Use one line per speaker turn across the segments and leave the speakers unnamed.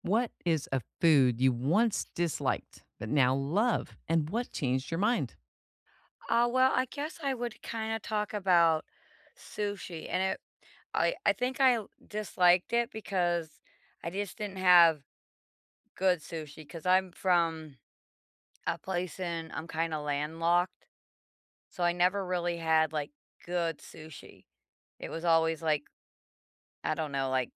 What is a food you once disliked but now love, and what changed your mind?
I guess I would kind of talk about sushi, and it, I think disliked it because I just didn't have good sushi. Because I'm from a place in I'm kind of landlocked, so I never really had like good sushi. It was always like I don't know, like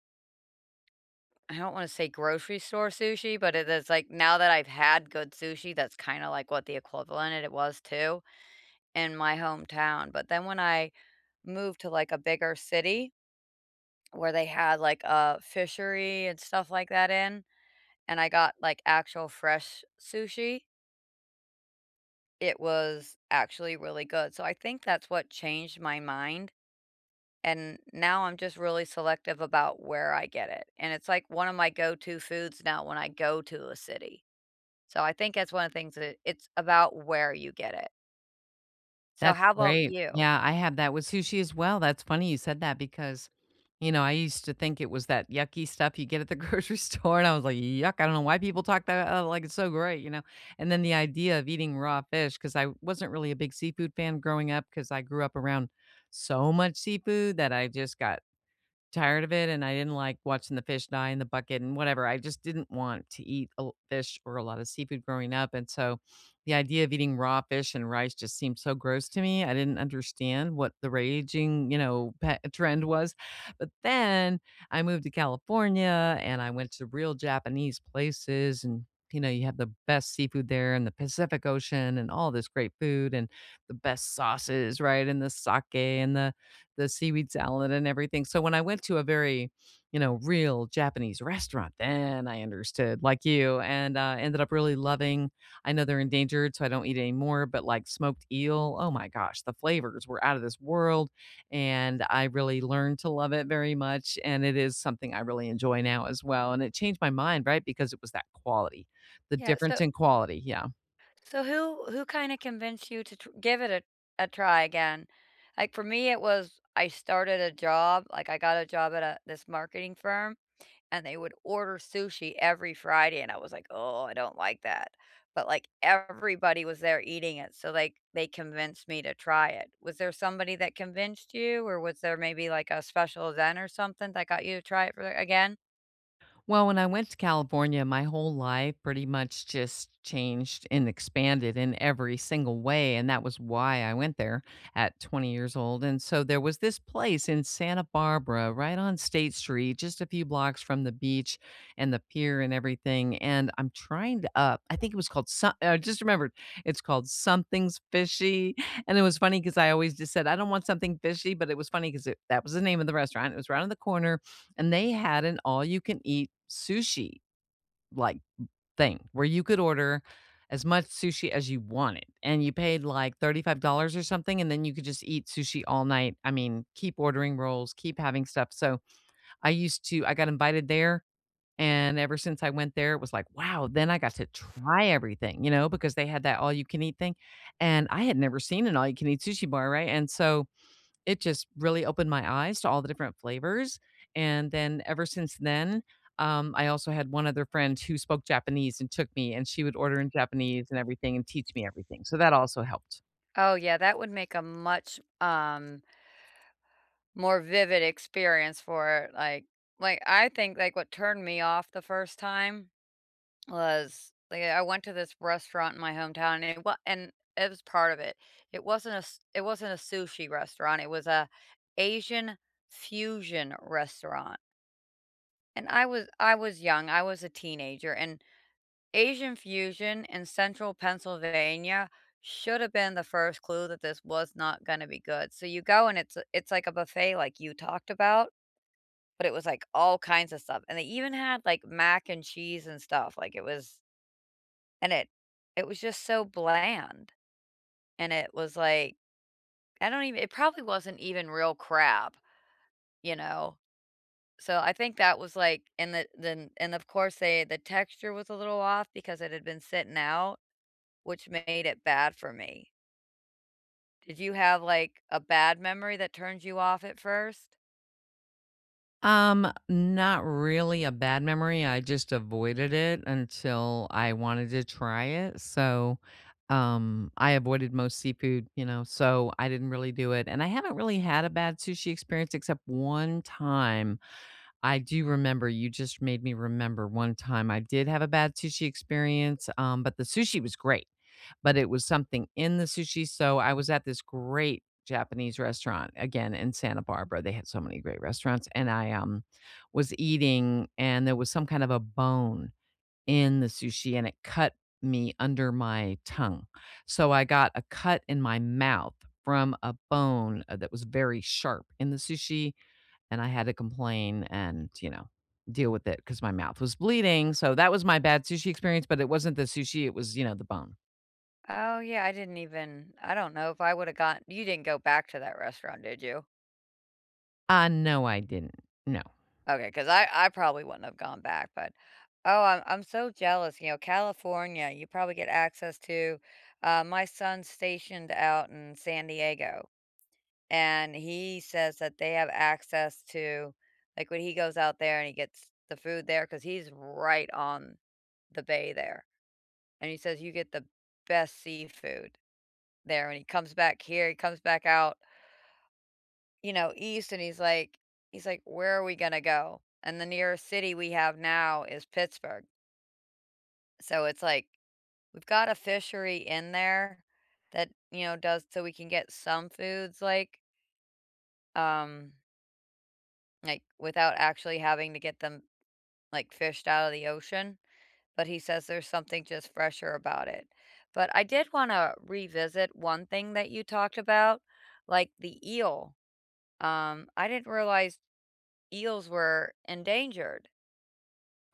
I don't want to say grocery store sushi, but it is like now that I've had good sushi, that's kind of like what the equivalent it was to in my hometown. But then when I moved to like a bigger city, where they had, like, a fishery and stuff like that and I got, like, actual fresh sushi. It was actually really good, so I think that's what changed my mind, and now I'm just really selective about where I get it, and it's, like, one of my go-to foods now when I go to a city. So I think that's one of the things that it's about where you get it. So
That's
how about
great.
you?
Yeah, I have that with sushi as well. That's funny you said that because, you know, I used to think it was that yucky stuff you get at the grocery store, and I was like, "Yuck!" I don't know why people talk that like it's so great, you know. And then the idea of eating raw fish because I wasn't really a big seafood fan growing up because I grew up around so much seafood that I just got tired of it, and I didn't like watching the fish die in the bucket and whatever. I just didn't want to eat a l fish or a lot of seafood growing up, and so the idea of eating raw fish and rice just seemed so gross to me. I didn't understand what the raging, you know, pa trend was, but then I moved to California, and I went to real Japanese places, and, you know, you have the best seafood there in the Pacific Ocean and all this great food and the best sauces, right, and the sake and the seaweed salad and everything. So when I went to a very, you know, real Japanese restaurant, then I understood, like you, and ended up really loving. I know they're endangered, so I don't eat anymore, but like smoked eel, oh my gosh, the flavors were out of this world. And I really learned to love it very much. And it is something I really enjoy now as well. And it changed my mind, right? Because it was that quality, the
Yeah,
difference
so
in quality. Yeah.
So who who kind of convinced you to give it a try again? Like for me, it was I started a job. Like I got a job at this marketing firm, and they would order sushi every Friday, and I was like, oh, I don't like that. But like everybody was there eating it, so like they convinced me to try it. Was there somebody that convinced you, or was there maybe like a special event or something that got you to try it again?
Well, when I went to California, my whole life pretty much just changed and expanded in every single way. And that was why I went there at 20 years old. And so there was this place in Santa Barbara, right on State Street, just a few blocks from the beach and the pier and everything. And I'm trying to, I think it was called, some, I just remembered it's called Something's Fishy. And it was funny because I always just said, I don't want something fishy, but it was funny because that was the name of the restaurant. It was right on the corner and they had an all you can eat sushi like thing where you could order as much sushi as you wanted and you paid like $35 or something and then you could just eat sushi all night. I mean, keep ordering rolls, keep having stuff. So, I used to I got invited there and ever since I went there, it was like, wow, then I got to try everything, you know, because they had that all you can eat thing. And I had never seen an all you can eat sushi bar, right? And so it just really opened my eyes to all the different flavors, and then ever since then, I also had one other friend who spoke Japanese and took me, and she would order in Japanese and everything and teach me everything, so that also helped.
Oh yeah, that would make a much more vivid experience for it, like, I think, like, what turned me off the first time was, like, I went to this restaurant in my hometown, and it wa and it was part of it. It wasn't a s It wasn't a sushi restaurant, it was a Asian fusion restaurant, and I was young, I was a teenager, and Asian fusion in central Pennsylvania should've been the first clue that this was not gonna be good, so you go and it's like a buffet like you talked about, but it was, like, all kinds of stuff, and they even had, like, mac and cheese and stuff, like, and it it was just so bland, and it was, like, I don't even it probably wasn't even real crab, you know? So, I think that was, like, and the then and of course, the texture was a little off because it had been sitting out, which made it bad for me. Did you have, like, a bad memory that turned you off at first?
Not really a bad memory, I just avoided it until I wanted to try it, so, I avoided most seafood, you know, so I didn't really do it, and I haven't really had a bad sushi experience except one time. I do remember you just made me remember one time I did have a bad sushi experience, but the sushi was great but it was something in the sushi. So I was at this great Japanese restaurant again in Santa Barbara. They had so many great restaurants, and I was eating, and there was some kind of a bone in the sushi, and it cut me under my tongue. So I got a cut in my mouth from a bone that was very sharp in the sushi, and I had to complain and, you know, deal with it because my mouth was bleeding. So that was my bad sushi experience, but it wasn't the sushi; it was, you know, the bone.
Oh, yeah, I didn't even I don't know if I woulda gotten. You didn't go back to that restaurant, did you?
No, I didn't. No.
Okay, because I probably wouldn't have gone back, but oh, I'm so jealous, you know, California, you probably get access to my son's stationed out in San Diego, and he says that they have access to like, when he goes out there and he gets the food there because he's right on the bay there, and he says, "You get the best seafood there," and he comes back here, he comes back out you know, east and he's like, "Where are we gonna go?" And the nearest city we have now is Pittsburgh. So it's like we've got a fishery in there that, you know, does so we can get some foods um like without actually having to get them like fished out of the ocean. But he says there's something just fresher about it. But I did want to revisit one thing that you talked about, like the eel. I didn't realize eels were endangered.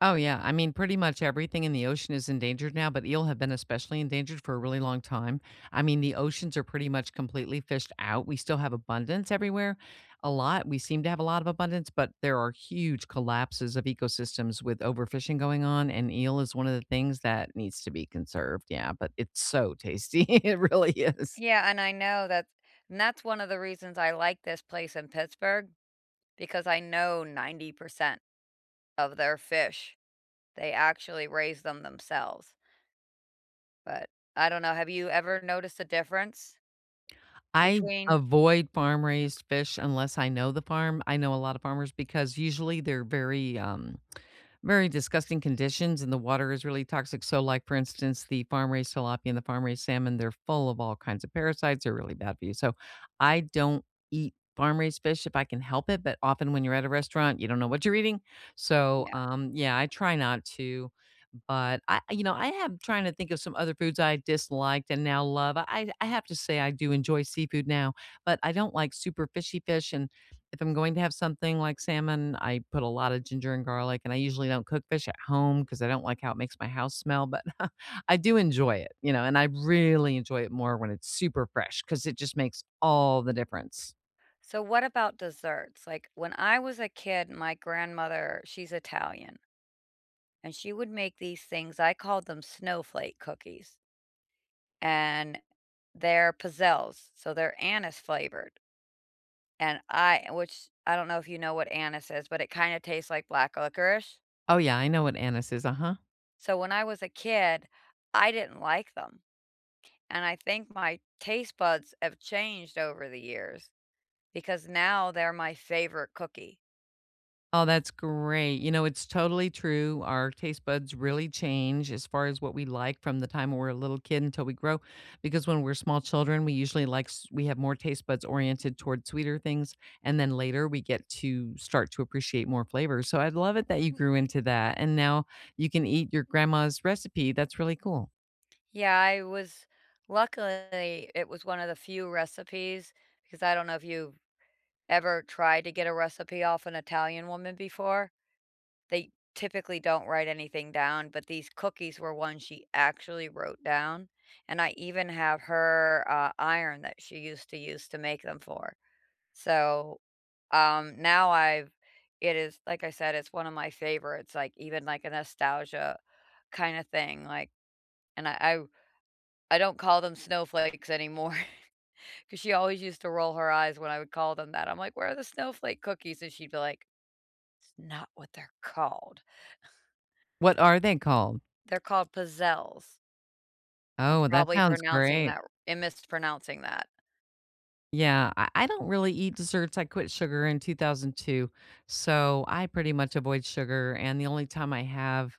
Oh, yeah. I mean, pretty much everything in the ocean is endangered now, but eel have been especially endangered for a really long time. I mean, the oceans are pretty much completely fished out. We still have abundance everywhere, a lot. We seem to have a lot of abundance, but there are huge collapses of ecosystems with overfishing going on, and eel is one of the things that needs to be conserved. Yeah, but it's so tasty. It really is.
Yeah, and I know that, and that's one of the reasons I like this place in Pittsburgh because I know 90% of their fish, they actually raise them themselves. But I don't know, have you ever noticed a difference
I
between?
avoid farm raised fish unless I know the farm. I know a lot of farmers because usually they're very, very disgusting conditions and the water is really toxic. So, like for instance, the farm raised tilapia and the farm raised salmon, they're full of all kinds of parasites. They're really bad for you. So, I don't eat farm raised fish if I can help it. But often when you're at a restaurant, you don't know what you're eating. So,
Yeah.
yeah, I try not to. But I you know, I am trying to think of some other foods I disliked and now love. I have to say I do enjoy seafood now, but I don't like super fishy fish, and if I'm going to have something like salmon, I put a lot of ginger and garlic, and I usually don't cook fish at home because I don't like how it makes my house smell, but I do enjoy it, you know, and I really enjoy it more when it's super fresh because it just makes all the difference.
So what about desserts? Like when I was a kid, my grandmother, she's Italian, and she would make these things. I called them snowflake cookies, and they're pizzelles, so they're anise flavored. And I Which I don't know if you know what anise is, but it kinda tastes like black licorice.
Oh, yeah, I know what anise is, uh-huh.
So when I was a kid, I didn't like them, and I think my taste buds have changed over the years because now they're my favorite cookie.
Oh, that's great. You know, it's totally true. Our taste buds really change as far as what we like from the time we're a little kid until we grow. Because when we're small children, we usually like, we have more taste buds oriented toward sweeter things. And then later we get to start to appreciate more flavors. So I love it that you grew into that. And now you can eat your grandma's recipe. That's really cool.
Yeah, I was luckily, it was one of the few recipes because I don't know if you've ever tried to get a recipe off an Italian woman before. They typically don't write anything down, but these cookies were ones she actually wrote down, and I even have her, iron that she used to use to make them for. So, now I've it is like I said, it's one of my favorites, like, even, like, a nostalgia kinda thing, like, and I don't call them snowflakes anymore because she always used to roll her eyes when I would call them that. I'm like, "Where are the snowflake cookies?" And she'd be like, "It's not what they're called.
What are they called?
They're called pizzelles. I'm
Oh, that
probably
sounds
pronouncing
great.
that and mispronouncing that."
Yeah, I don't really eat desserts. I quit sugar in 2002. So I pretty much avoid sugar. And the only time I have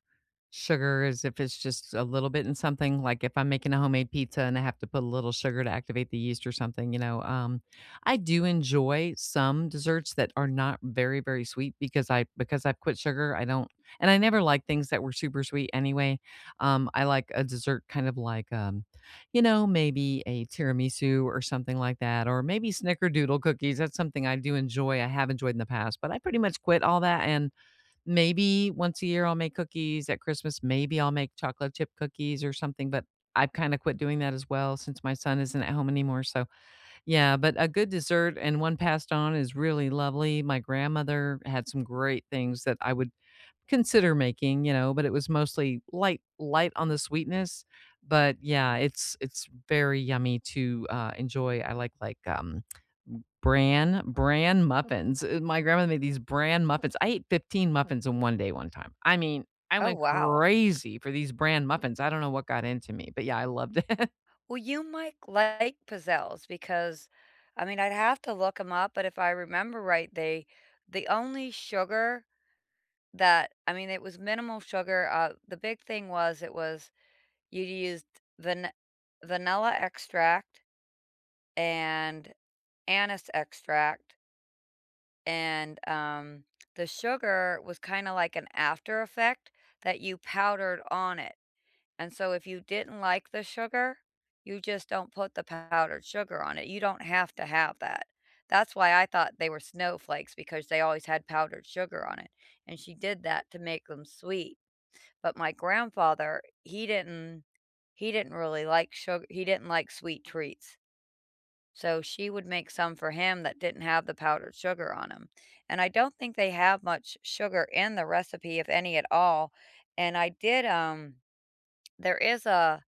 sugar is if it's just a little bit in something, like if I'm making a homemade pizza and I have to put a little sugar to activate the yeast or something, you know. I do enjoy some desserts that are not very, very sweet because I've quit sugar. I don't and I never like things that were super sweet anyway. I like a dessert kind of like you know, maybe a tiramisu or something like that, or maybe snickerdoodle cookies. That's something I do enjoy. I have enjoyed in the past, but I pretty much quit all that. And maybe once a year I'll make cookies at Christmas. Maybe I'll make chocolate chip cookies or something, but I've kind of quit doing that as well since my son isn't at home anymore. So, yeah, but a good dessert and one passed on is really lovely. My grandmother had some great things that I would consider making, you know, but it was mostly light on the sweetness, but yeah, it's very yummy to, enjoy. I like, bran muffins. My grandmother made these bran muffins. I ate 15 muffins in one day one time. I mean, I
Oh,
went
wow.
crazy for these bran muffins. I don't know what got into me, but yeah, I loved it.
Well, you might like pizzelles because, I mean, I'd have to look them up, but if I remember right, the only sugar that I mean, it was minimal sugar. The big thing was it was you used van vanilla extract and anise extract, and the sugar was kind of like an after effect that you powdered on it. And so if you didn't like the sugar, you just don't put the powdered sugar on it. You don't have to have that. That's why I thought they were snowflakes because they always had powdered sugar on it. And she did that to make them sweet. But my grandfather, he didn't really like sugar. He didn't like sweet treats. So she would make some for him that didn't have the powdered sugar on them. And I don't think they have much sugar in the recipe if any at all. And I did there is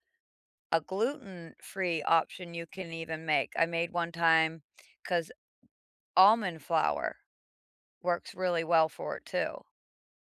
a gluten-free option you can even make. I made one time because almond flour works really well for it too.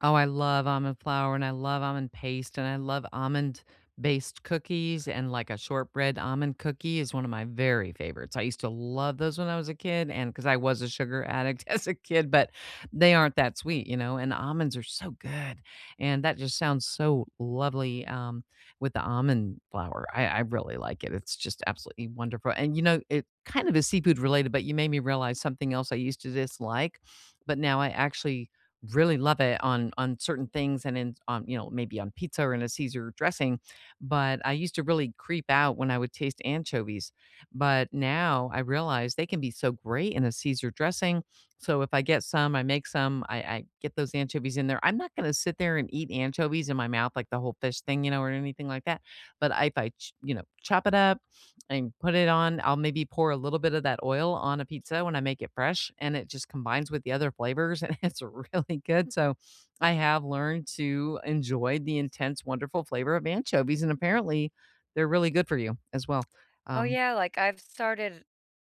Oh, I love almond flour, and I love almond paste, and I love almond-based cookies, and, like, a shortbread almond cookie is one of my very favorites. I used to love those when I was a kid and because I was a sugar addict as a kid, but they aren't that sweet, you know, and almonds are so good, and that just sounds so lovely, with the almond flour. I really like it. It's just absolutely wonderful, and, you know, it kind of is seafood related, but you made me realize something else I used to dislike, but now I actually really love it on certain things and in on, you know, maybe on pizza or in a Caesar dressing, but I used to really creep out when I would taste anchovies, but now I realize they can be so great in a Caesar dressing. So if I get some, I make some, I get those anchovies in there. I'm not going to sit there and eat anchovies in my mouth like the whole fish thing, you know, or anything like that, but if I ch- you know, chop it up and put it on. I'll maybe pour a little bit of that oil on a pizza when I make it fresh, and it just combines with the other flavors, and it's really good. So I have learned to enjoy the intense, wonderful flavor of anchovies, and apparently they're really good for you as well.
Oh,
Um,
yeah, like, I've started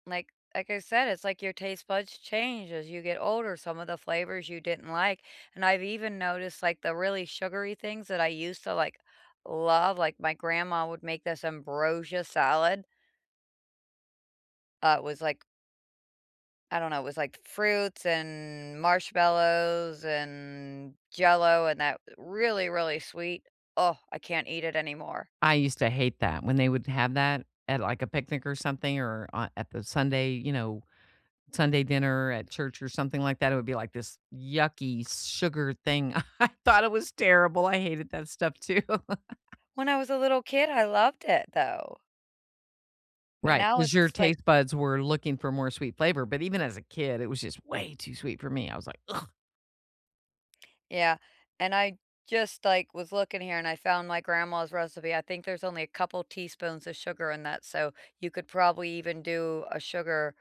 like like I said, it's like your taste buds change as you get older, some of the flavors you didn't like, and I've even noticed, like, the really sugary things that I used to, like, love, like, my grandma would make this ambrosia salad, it was, like, I don't know, it was like fruits and marshmallows and jello and that really, really sweet. Oh, I can't eat it anymore.
I used to hate that when they would have that at like a picnic or something, or on, at the Sunday, you know, Sunday dinner at church or something like that. It would be like this yucky sugar thing. I thought it was terrible. I hated that stuff too.
When I was a little kid, I loved it though. But
Right,
now
because your
it's like,
taste buds were looking for more sweet flavor, but even as a kid, it was just way too sweet for me. I was like, "Ugh,
yeah. And I just like was looking here and I found my grandma's recipe. I think there's only a couple teaspoons of sugar in that. So you could probably even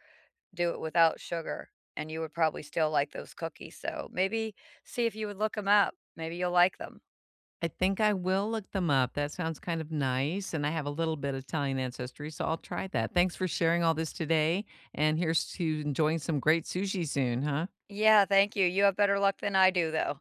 do it without sugar. And you would probably still like those cookies. So maybe see if you would look them up. Maybe you'll like them.
I think I will look them up. That sounds kind of nice, and I have a little bit of Italian ancestry, so I'll try that." Thanks for sharing all this today, and here's to enjoying some great sushi soon, huh?
Yeah, thank you. You have better luck than I do, though.